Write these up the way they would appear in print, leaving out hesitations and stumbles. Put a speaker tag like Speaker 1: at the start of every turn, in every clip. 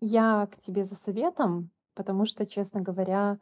Speaker 1: Я к тебе за советом, потому что, честно говоря,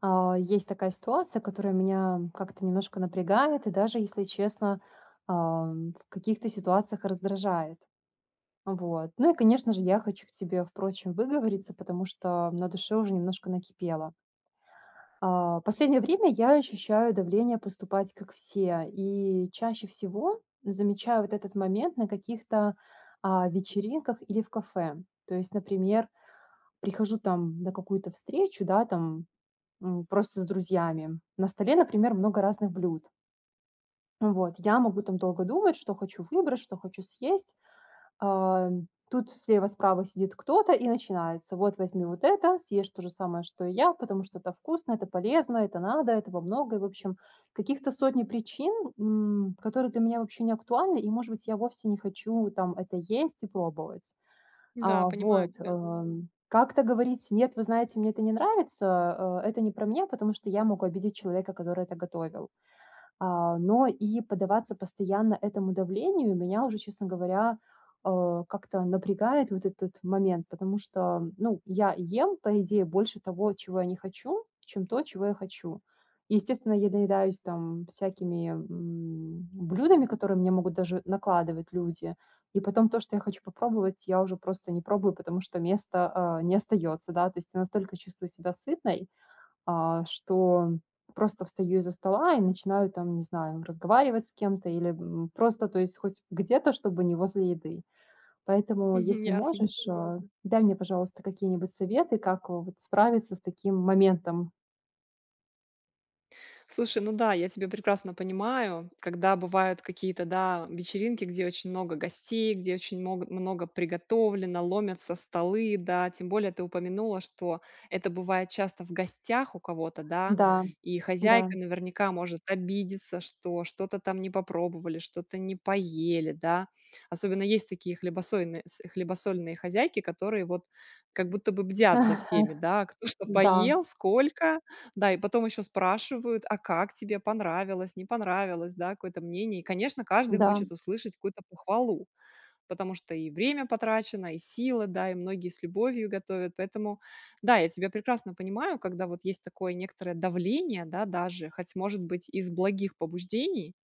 Speaker 1: есть такая ситуация, которая меня как-то немножко напрягает и даже, если честно, в каких-то ситуациях раздражает. Вот. Ну и, конечно же, я хочу к тебе, впрочем, выговориться, потому что на душе уже немножко накипело. Последнее время я ощущаю давление поступать как все, и чаще всего замечаю вот этот момент на каких-то вечеринках или в кафе. То есть, например, прихожу там на какую-то встречу, да, там, просто с друзьями. На столе, например, много разных блюд. Ну вот, я могу там долго думать, что хочу выбрать, что хочу съесть. А, тут слева-справа сидит кто-то и начинается: "Вот возьми вот это, съешь то же самое, что и я, потому что это вкусно, это полезно, это надо, этого много". И, в общем, каких-то сотни причин, которые для меня вообще не актуальны, и, может быть, я вовсе не хочу там это есть и пробовать.
Speaker 2: Да, понимаю
Speaker 1: Вот,
Speaker 2: тебя.
Speaker 1: как-то говорить: "Нет, вы знаете, мне это не нравится, это не про меня", потому что я могу обидеть человека, который это готовил. Но и поддаваться постоянно этому давлению меня уже, честно говоря, как-то напрягает вот этот момент, потому что, ну, я ем, по идее, больше того, чего я не хочу, чем то, чего я хочу. И, естественно, я наедаюсь там всякими блюдами, которые мне могут даже накладывать люди. И потом то, что я хочу попробовать, я уже просто не пробую, потому что места не остается, да. То есть я настолько чувствую себя сытной, что просто встаю из-за стола и начинаю там, не знаю, разговаривать с кем-то или, просто, то есть хоть где-то, чтобы не возле еды. Поэтому,
Speaker 2: Мгм,
Speaker 1: если
Speaker 2: ясно.
Speaker 1: можешь, дай мне, пожалуйста, какие-нибудь советы, как вот справиться с таким моментом.
Speaker 2: Слушай, ну да, я тебя прекрасно понимаю, когда бывают какие-то, да, вечеринки, где очень много гостей, где очень много приготовлено, ломятся столы, да, тем более ты упомянула, что это бывает часто в гостях у кого-то, да,
Speaker 1: Да,
Speaker 2: и
Speaker 1: да,
Speaker 2: хозяйка наверняка может обидеться, что что-то там не попробовали, что-то не поели, да. Особенно есть такие хлебосольные хозяйки, которые вот как будто бы бдят за всеми, да, кто что
Speaker 1: да,
Speaker 2: поел, сколько, да, и потом еще спрашивают: "А как тебе? Понравилось, не понравилось?" Да, какое-то мнение. И, конечно, каждый
Speaker 1: да,
Speaker 2: хочет услышать какую-то похвалу, потому что и время потрачено, и силы, да, и многие с любовью готовят. Поэтому, да, я тебя прекрасно понимаю, когда вот есть такое некоторое давление, да, даже, хоть, может быть, из благих побуждений,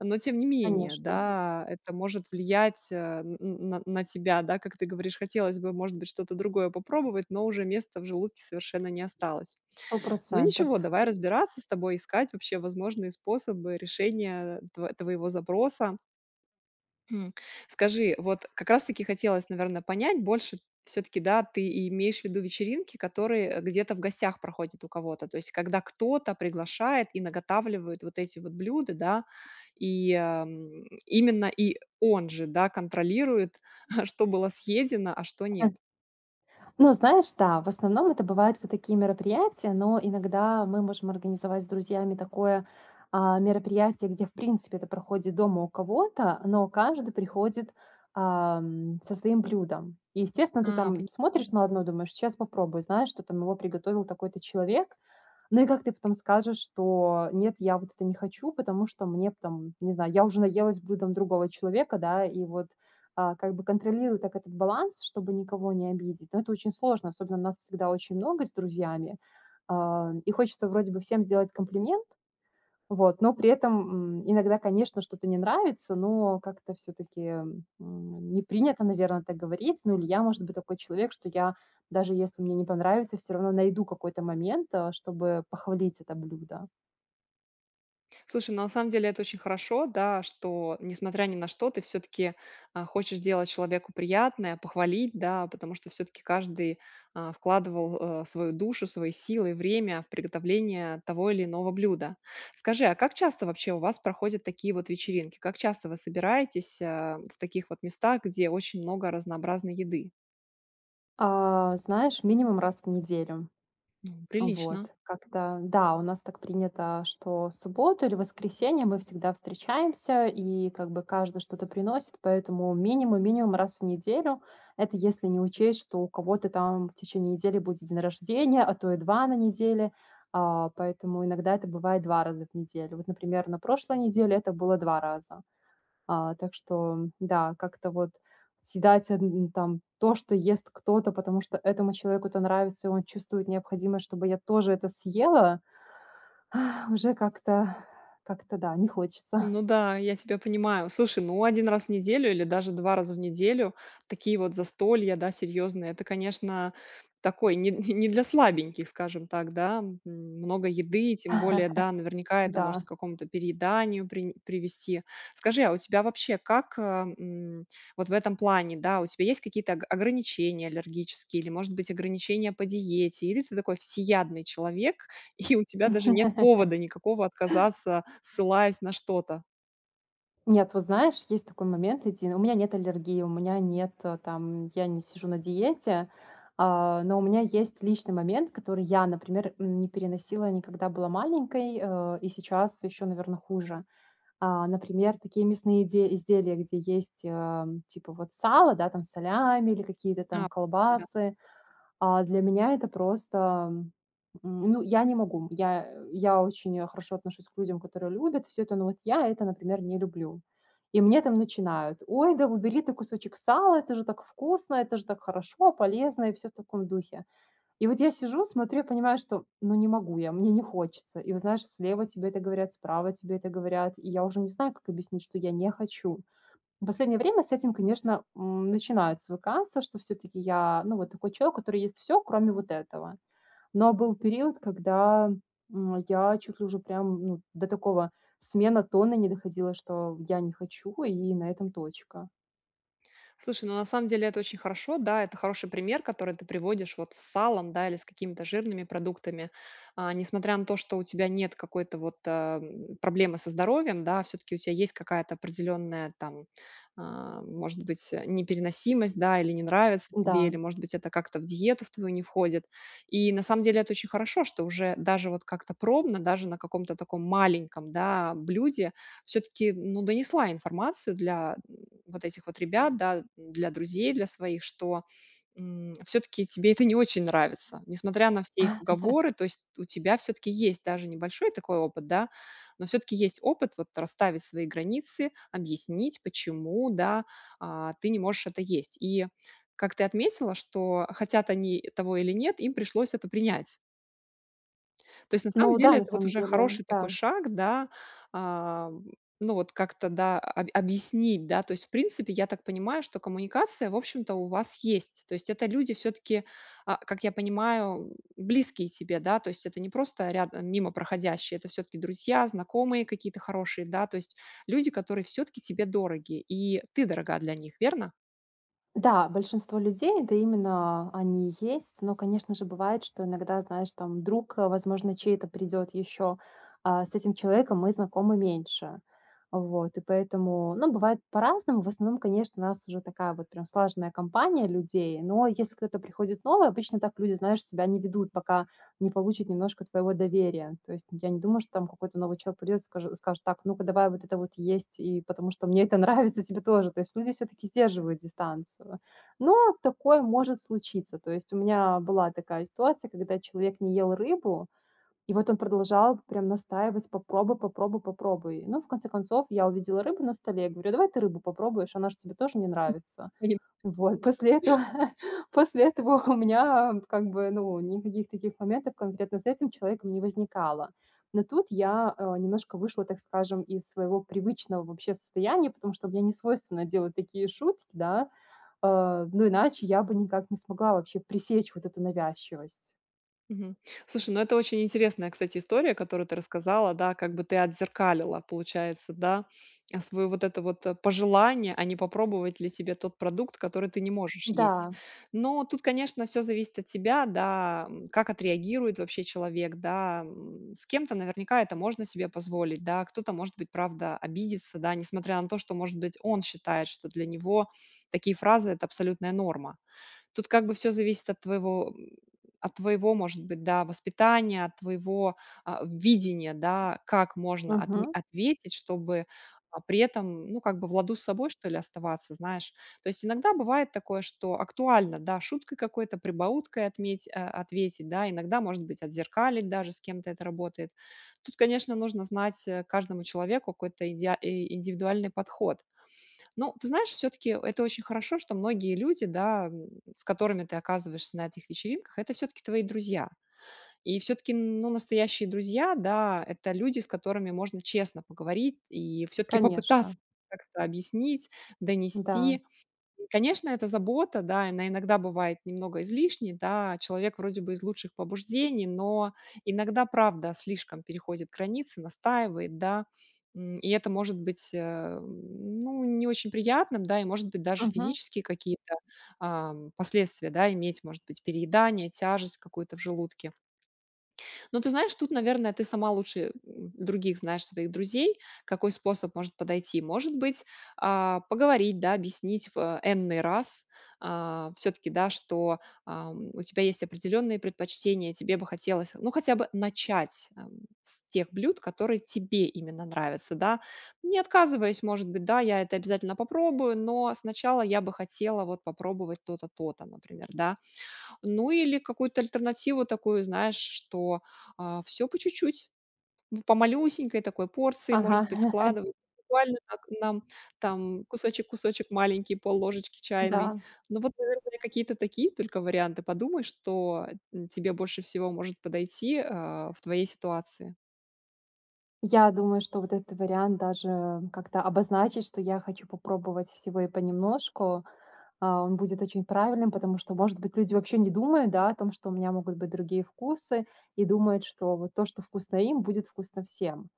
Speaker 2: но тем не менее,
Speaker 1: конечно,
Speaker 2: да, это может влиять, э, н н на тебя, да, как ты говоришь, хотелось бы, может быть, что-то другое попробовать, но уже места в желудке совершенно не осталось.
Speaker 1: сто
Speaker 2: Ну
Speaker 1: процентов.
Speaker 2: ничего, давай разбираться с тобой, искать вообще возможные способы решения твоего запроса. Хм. Скажи, вот как раз-таки хотелось, наверное, понять больше все-таки, да, ты имеешь в виду вечеринки, которые где-то в гостях проходят у кого-то, то есть когда кто-то приглашает и наготавливает вот эти вот блюда, да, и именно и он же, да, контролирует, что было съедено, а что нет.
Speaker 1: Ну, знаешь, да, в основном это бывают вот такие мероприятия, но иногда мы можем организовать с друзьями такое мероприятие, где, в принципе, это проходит дома у кого-то, но каждый приходит со своим блюдом. И, естественно, ты
Speaker 2: А,
Speaker 1: там смотришь на одно, думаешь, сейчас попробую, знаешь, что там его приготовил такой-то человек, ну и как ты потом скажешь, что нет, я вот это не хочу, потому что мне там, не знаю, я уже наелась блюдом другого человека, да, и вот как бы контролирую так этот баланс, чтобы никого не обидеть. Но это очень сложно, особенно нас всегда очень много с друзьями. И хочется вроде бы всем сделать комплимент, вот, но при этом, иногда, конечно, что-то не нравится, но как-то все таки не принято, наверное, так говорить. Ну, или я, может быть, такой человек, что я, даже если мне не понравится, все равно найду какой-то момент, чтобы похвалить это блюдо.
Speaker 2: Слушай, ну, на самом деле это очень хорошо, да, что, несмотря ни на что, ты все-таки хочешь делать человеку приятное, похвалить, да, потому что все-таки каждый вкладывал свою душу, свои силы и время в приготовление того или иного блюда. Скажи, а как часто вообще у вас проходят такие вот вечеринки? Как часто вы собираетесь в таких вот местах, где очень много разнообразной еды?
Speaker 1: Знаешь, минимум раз в неделю.
Speaker 2: Ну, прилично.
Speaker 1: Вот, как-то, да, у нас так принято, что в субботу или воскресенье мы всегда встречаемся, и как бы каждый что-то приносит, поэтому минимум-минимум раз в неделю. Это если не учесть, что у кого-то там в течение недели будет день рождения, а то и два на неделе, поэтому иногда это бывает 2 раза в неделю. Вот, например, на прошлой неделе это было 2 раза. Так что, да, как-то вот съедать, н там то, что ест кто-то, потому что этому человеку это нравится, и он чувствует необходимость, чтобы я тоже это съела, уже как-то, да, не хочется.
Speaker 2: Ну да, я тебя понимаю. Слушай, ну один раз в неделю или даже 2 раза в неделю такие вот застолья, да, серьезные, это, конечно, такой не не для слабеньких, скажем так, да. Много еды, тем более, да, наверняка это может
Speaker 1: Да.
Speaker 2: к какому-то перееданию прин привести. Скажи, а у тебя вообще как, вот в этом плане, да, у тебя есть какие-то ог ограничения аллергические или, может быть, ограничения по диете? Или ты такой всеядный человек, и у тебя даже нет повода никакого отказаться, ссылаясь на что-то.
Speaker 1: Нет, вот знаешь, есть такой момент 1. У меня нет аллергии, у меня нет, там, я не сижу на диете, но у меня есть личный момент, который я, например, не переносила никогда, была маленькой, и сейчас еще, наверное, хуже. Например, такие мясные иде изделия, где есть, типа вот сало, да, там солями или какие-то
Speaker 2: А,
Speaker 1: там
Speaker 2: да.
Speaker 1: колбасы. Для меня это просто, ну, я не могу. Я очень, хорошо отношусь к людям, которые любят все это, но вот я это, например, не люблю. И мне там начинают: "Ой, да убери ты кусочек сала, это же так вкусно, это же так хорошо, полезно", и все в таком духе. И вот я сижу, смотрю, я понимаю, что, ну, не могу я, мне не хочется. И вот, знаешь, слева тебе это говорят, справа тебе это говорят, и я уже не знаю, как объяснить, что я не хочу. В последнее время с этим, конечно, начинают свыкаться, что все-таки я, ну, вот такой человек, который есть все, кроме вот этого. Но был период, когда я чуть ли уже прям ну, до такого смена тона не доходила, что я не хочу, и на этом точка.
Speaker 2: Слушай, ну на самом деле это очень хорошо, да, это хороший пример, который ты приводишь вот с салом, да, или с какими-то жирными продуктами. Несмотря на то, что у тебя нет какой-то вот проблемы со здоровьем, да, все-таки у тебя есть какая-то определенная там, может быть, непереносимость, да, или не нравится тебе,
Speaker 1: Да.
Speaker 2: или, может быть, это как-то в диету в твою не входит. И на самом деле это очень хорошо, что уже даже вот как-то пробно, даже на каком-то таком маленьком, да, блюде все-таки, ну, донесла информацию для вот этих вот ребят, да, для друзей, для своих, что, все таки тебе это не очень нравится, несмотря на все их уговоры. То есть у тебя все таки есть даже небольшой такой опыт, да, но все таки есть опыт вот расставить свои границы, объяснить, почему, да, ты не можешь это есть. И как ты отметила, что хотят они того или нет, им пришлось это принять. То есть на самом
Speaker 1: Ну да,
Speaker 2: деле
Speaker 1: на
Speaker 2: это вот
Speaker 1: самом
Speaker 2: уже
Speaker 1: деле,
Speaker 2: хороший такой
Speaker 1: да.
Speaker 2: шаг, да, а, ну вот как-то, да, об объяснить, да. То есть, в принципе, я так понимаю, что коммуникация, в общем-то, у вас есть. То есть это люди все-таки, как я понимаю, близкие тебе, да, то есть это не просто рядом мимо проходящие, это все-таки друзья, знакомые какие-то хорошие, да, то есть люди, которые все-таки тебе дороги, и ты дорога для них, верно?
Speaker 1: Да, большинство людей, да, именно они и есть. Но, конечно же, бывает, что иногда, знаешь, там друг, возможно, чей-то придет еще, а с этим человеком мы знакомы меньше. Вот, и поэтому, ну, бывает по-разному. В основном, конечно, у нас уже такая вот прям слаженная компания людей. Но если кто-то приходит новый, обычно так люди, знаешь, себя не ведут, пока не получит немножко твоего доверия. То есть я не думаю, что там какой-то новый человек придет и скажет так, ну-ка давай вот это вот есть, и потому что мне это нравится, тебе тоже. То есть люди все-таки сдерживают дистанцию. Но такое может случиться. То есть у меня была такая ситуация, когда человек не ел рыбу, и вот он продолжал прям настаивать, попробуй, попробуй, попробуй. Ну, в конце концов, я увидела рыбу на столе, я говорю, давай ты рыбу попробуешь, она же тебе тоже не нравится. Вот, после этого после этого у меня, как бы, ну, никаких таких моментов конкретно с этим человеком не возникало. Но тут я, немножко вышла, так скажем, из своего привычного вообще состояния, потому что мне не свойственно делать такие шутки, да. Ну, иначе я бы никак не смогла вообще пресечь вот эту навязчивость.
Speaker 2: Мгм. Слушай, ну это очень интересная, кстати, история, которую ты рассказала, да, как бы ты отзеркалила, получается, да, свое вот это вот пожелание, а не попробовать ли тебе тот продукт, который ты не можешь есть.
Speaker 1: Да,
Speaker 2: Но тут, конечно, все зависит от тебя, да, как отреагирует вообще человек, да, с кем-то наверняка это можно себе позволить, да, кто-то, может быть, правда, обидится, да, несмотря на то, что, может быть, он считает, что для него такие фразы– это абсолютная норма. Тут как бы все зависит от твоего, от твоего, может быть, да, воспитания, от твоего, видения, да, как можно отме
Speaker 1: мгм,
Speaker 2: ответить, чтобы, при этом, ну, как бы в ладу с собой, что ли, оставаться, знаешь. То есть иногда бывает такое, что актуально, да, шуткой какой-то, прибауткой ответить, да, иногда, может быть, отзеркалить даже, с кем-то это работает. Тут, конечно, нужно знать, каждому человеку какой-то идеа и индивидуальный подход. Ну, ты знаешь, все-таки это очень хорошо, что многие люди, да, с которыми ты оказываешься на этих вечеринках, это все-таки твои друзья. И все-таки, ну, настоящие друзья, да, это люди, с которыми можно честно поговорить и все-таки попытаться
Speaker 1: конечно,
Speaker 2: как-то объяснить,
Speaker 1: да,
Speaker 2: донести. Конечно, это забота, да, она иногда бывает немного излишней, да, человек вроде бы из лучших побуждений, но иногда, правда, слишком переходит границы, настаивает, да, и это может быть, ну, не очень приятным, да, и может быть даже
Speaker 1: мгм,
Speaker 2: физические какие-то последствия, да, иметь, может быть, переедание, тяжесть какую-то в желудке. Ну, ты знаешь, тут, наверное, ты сама лучше других знаешь своих друзей, какой способ может подойти. Может быть, поговорить, да, объяснить в энный раз все-таки, да, что у тебя есть определенные предпочтения, тебе бы хотелось, ну, хотя бы начать с тех блюд, которые тебе именно нравятся, да. Не отказываясь, может быть, да, я это обязательно попробую, но сначала я бы хотела вот попробовать то-то, то-то, например, да, ну или какую-то альтернативу такую, знаешь, что, все по чуть-чуть, по малюсенькой такой порции, может
Speaker 1: ага,
Speaker 2: быть, складывать. Буквально так нам там кусочек-кусочек маленький, пол-ложечки чайной.
Speaker 1: да.
Speaker 2: Ну вот, наверное, какие-то такие только варианты подумай, что, тебе больше всего может подойти, в твоей ситуации.
Speaker 1: Я думаю, что вот этот вариант даже как-то обозначить, что я хочу попробовать всего и понемножку, он будет очень правильным, потому что, может быть, люди вообще не думают, да, о том, что у меня могут быть другие вкусы, и думают, что вот то, что вкусно им, будет вкусно всем.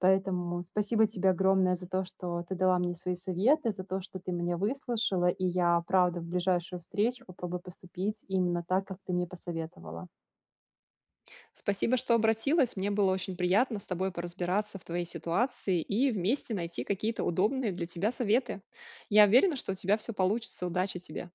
Speaker 1: Поэтому спасибо тебе огромное за то, что ты дала мне свои советы, за то, что ты меня выслушала, и я, правда, в ближайшую встречу попробую поступить именно так, как ты мне посоветовала.
Speaker 2: Спасибо, что обратилась. Мне было очень приятно с тобой поразбираться в твоей ситуации и вместе найти какие-то удобные для тебя советы. Я уверена, что у тебя все получится. Удачи тебе.